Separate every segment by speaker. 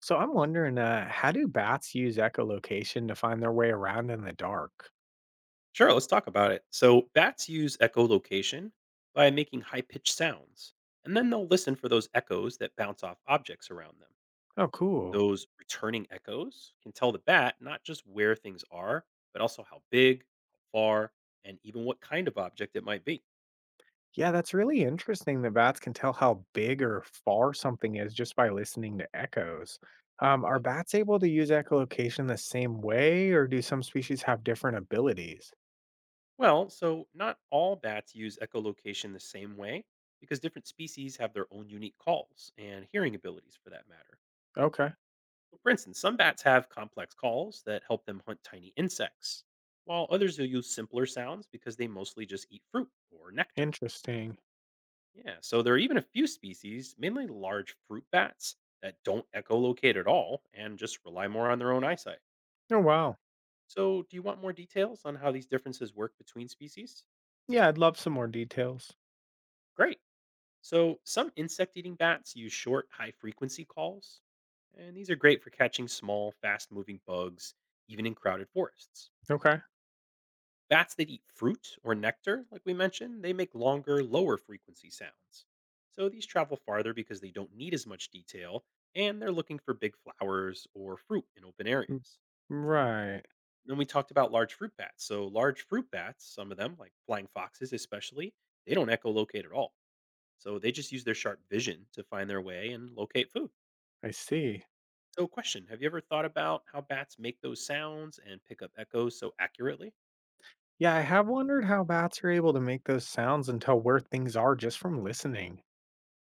Speaker 1: So I'm wondering, how do bats use echolocation to find their way around in the dark?
Speaker 2: Sure, let's talk about it. So, bats use echolocation by making high pitched sounds, and then they'll listen for those echoes that bounce off objects around them.
Speaker 1: Oh, cool.
Speaker 2: Those returning echoes can tell the bat not just where things are, but also how big, how far, and even what kind of object it might be.
Speaker 1: Yeah, that's really interesting that bats can tell how big or far something is just by listening to echoes. Are
Speaker 2: Yep.
Speaker 1: bats able to use echolocation the same way, or do some species have different abilities?
Speaker 2: Well, so not all bats use echolocation the same way because different species have their own unique calls and hearing abilities for that matter.
Speaker 1: Okay,
Speaker 2: Well, for instance, some bats have complex calls that help them hunt tiny insects, while others will use simpler sounds because they mostly just eat fruit or nectar.
Speaker 1: interesting.
Speaker 2: Yeah, so there are even a few species, mainly large fruit bats, that don't echolocate at all and just rely more on their own eyesight.
Speaker 1: Oh, wow.
Speaker 2: So, do you want more details on how these differences work between species?
Speaker 1: Yeah, I'd love some more details.
Speaker 2: Great. So, some insect eating bats use short, high frequency calls, and these are great for catching small, fast moving bugs, even in crowded forests.
Speaker 1: Okay.
Speaker 2: Bats that eat fruit or nectar, like we mentioned, they make longer, lower frequency sounds. So these travel farther because they don't need as much detail and they're looking for big flowers or fruit in open
Speaker 1: Mm,
Speaker 2: areas.
Speaker 1: Right.
Speaker 2: Then we talked about large fruit bats. So large fruit bats, some of them, like flying foxes especially, they don't echolocate at all. So they just use their sharp vision to find their way and locate food.
Speaker 1: I see.
Speaker 2: So question, have you ever thought about how bats make those sounds and pick up echoes so accurately?
Speaker 1: Yeah, I have wondered how bats are able to make those sounds and tell where things are just from listening.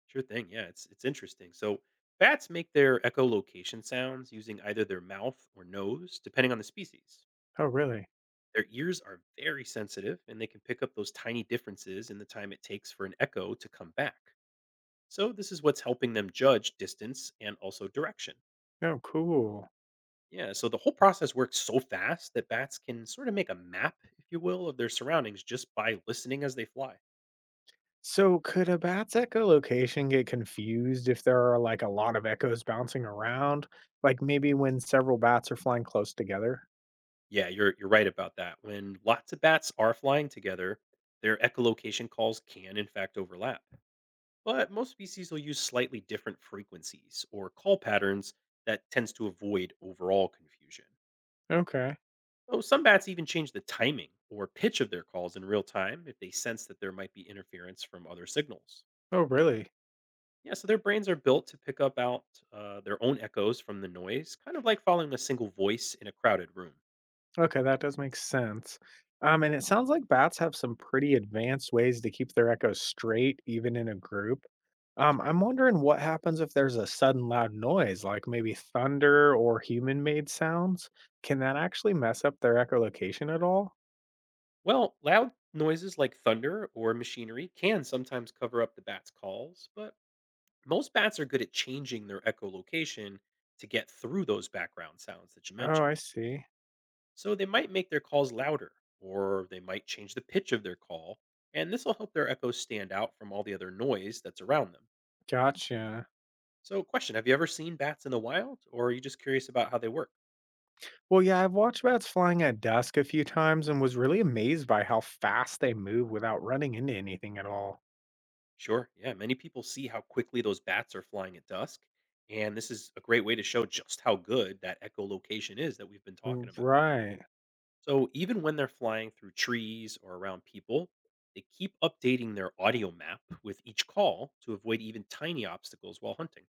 Speaker 2: Sure thing. Yeah, it's interesting. So bats make their echolocation sounds using either their mouth or nose, depending on the species.
Speaker 1: Oh, really?
Speaker 2: Their ears are very sensitive and they can pick up those tiny differences in the time it takes for an echo to come back. So this is what's helping them judge distance and also direction.
Speaker 1: Oh, cool.
Speaker 2: Yeah, so the whole process works so fast that bats can sort of make a map, if you will, of their surroundings just by listening as they fly.
Speaker 1: So could a bat's echolocation get confused if there are like a lot of echoes bouncing around? Like maybe when several bats are flying close together?
Speaker 2: Yeah, you're right about that. When lots of bats are flying together, their echolocation calls can in fact overlap. But most species will use slightly different frequencies or call patterns that tends to avoid overall confusion.
Speaker 1: Okay.
Speaker 2: Oh, some bats even change the timing or pitch of their calls in real time if they sense that there might be interference from other signals.
Speaker 1: Oh, really?
Speaker 2: Yeah, so their brains are built to pick up out their own echoes from the noise, kind of like following a single voice in a crowded room.
Speaker 1: Okay, that does make sense. And it sounds like bats have some pretty advanced ways to keep their echoes straight, even in a group.
Speaker 2: That's right.
Speaker 1: I'm wondering what happens if there's a sudden loud noise, like maybe thunder or human made sounds. Can that actually mess up their echolocation at all?
Speaker 2: Well, loud noises like thunder or machinery can sometimes cover up the bat's calls, but most bats are good at changing their echolocation to get through those background sounds that you
Speaker 1: Oh,
Speaker 2: mentioned.
Speaker 1: I see.
Speaker 2: So they might make their calls louder, or they might change the pitch of their call, and this will help their echoes stand out from all the other noise that's around them.
Speaker 1: Gotcha.
Speaker 2: So, question, have you ever seen bats in the wild, or are you just curious about how they work?
Speaker 1: Well, yeah, I've watched bats flying at dusk a few times and was really amazed by how fast they move without running into anything at all.
Speaker 2: Sure. Yeah. Many people see how quickly those bats are flying at dusk. And this is a great way to show just how good that echolocation is that we've been talking about.
Speaker 1: Right.
Speaker 2: So, even when they're flying through trees or around people, they keep updating their audio map with each call to avoid even tiny obstacles while hunting.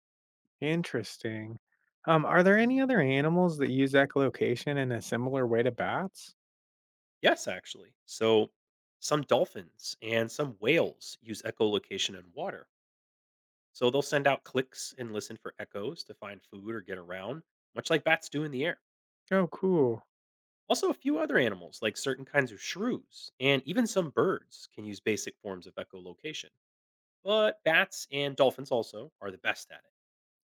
Speaker 1: Interesting. Are there any other animals that use echolocation in a similar way to bats?
Speaker 2: Yes, actually. So, some dolphins and some whales use echolocation in water. So, they'll send out clicks and listen for echoes to find food or get around, much like bats do in the air.
Speaker 1: Oh, cool.
Speaker 2: Also, a few other animals, like certain kinds of shrews and even some birds, can use basic forms of echolocation. But bats and dolphins also are the best at it.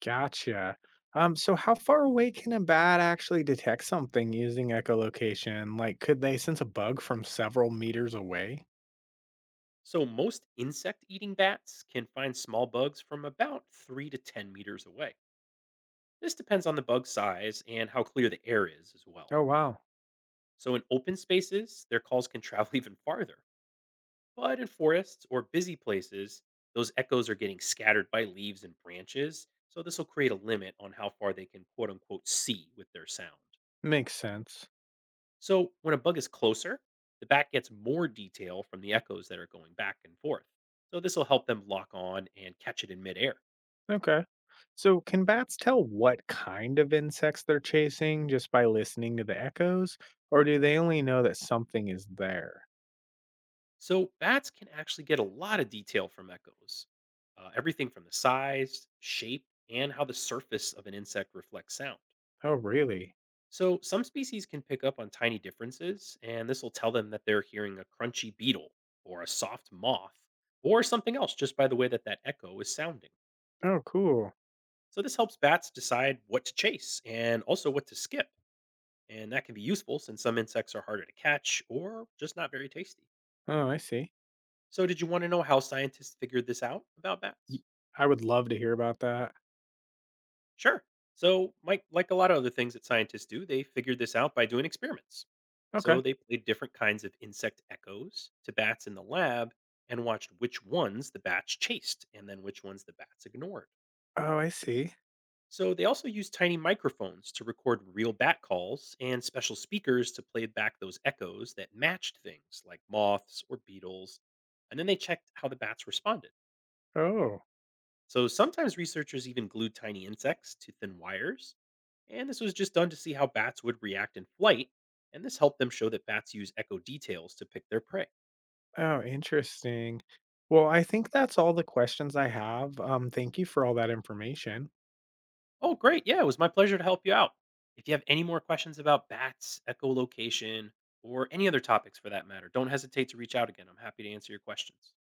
Speaker 1: Gotcha. So how far away can a bat actually detect something using echolocation? Like, could they sense a bug from several meters away?
Speaker 2: So, most insect eating bats can find small bugs from about 3 to 10 meters away. This depends on the bug size and how clear the air is as well.
Speaker 1: Oh, wow.
Speaker 2: So, in open spaces, their calls can travel even farther. But in forests or busy places, those echoes are getting scattered by leaves and branches, so this will create a limit on how far they can quote unquote see with their sound.
Speaker 1: Makes sense.
Speaker 2: So when a bug is closer, the bat gets more detail from the echoes that are going back and forth. So this will help them lock on and catch it in midair.
Speaker 1: Okay. So, can bats tell what kind of insects they're chasing just by listening to the echoes? Or do they only know that something is there?
Speaker 2: So bats can actually get a lot of detail from echoes. Everything from the size, shape, and how the surface of an insect reflects sound.
Speaker 1: Oh, really?
Speaker 2: So, some species can pick up on tiny differences, and this will tell them that they're hearing a crunchy beetle or a soft moth or something else just by the way that that echo is sounding.
Speaker 1: Oh, cool.
Speaker 2: So, this helps bats decide what to chase and also what to skip. And that can be useful since some insects are harder to catch or just not very tasty.
Speaker 1: Oh, I see.
Speaker 2: So, did you want to know how scientists figured this out about bats?
Speaker 1: Y- I would love to hear about that.
Speaker 2: Sure. So, Mike, like a lot of other things that scientists do, they figured this out by doing experiments. So,
Speaker 1: Okay.
Speaker 2: they played different kinds of insect echoes to bats in the lab and watched which ones the bats chased and then which ones the bats ignored.
Speaker 1: Oh, I see.
Speaker 2: So, they also used tiny microphones to record real bat calls and special speakers to play back those echoes that matched things like moths or beetles. And then they checked how the bats responded.
Speaker 1: Oh,
Speaker 2: So, sometimes researchers even glued tiny insects to thin wires, and this was just done to see how bats would react in flight, and this helped them show that bats use echo details to pick their prey.
Speaker 1: oh, interesting. Well, I think that's all the questions I have. Thank you for all that information.
Speaker 2: Oh, great. Yeah, it was my pleasure to help you out. If you have any more questions about bats, echolocation, or any other topics for that matter, don't hesitate to reach out again. I'm happy to answer your questions.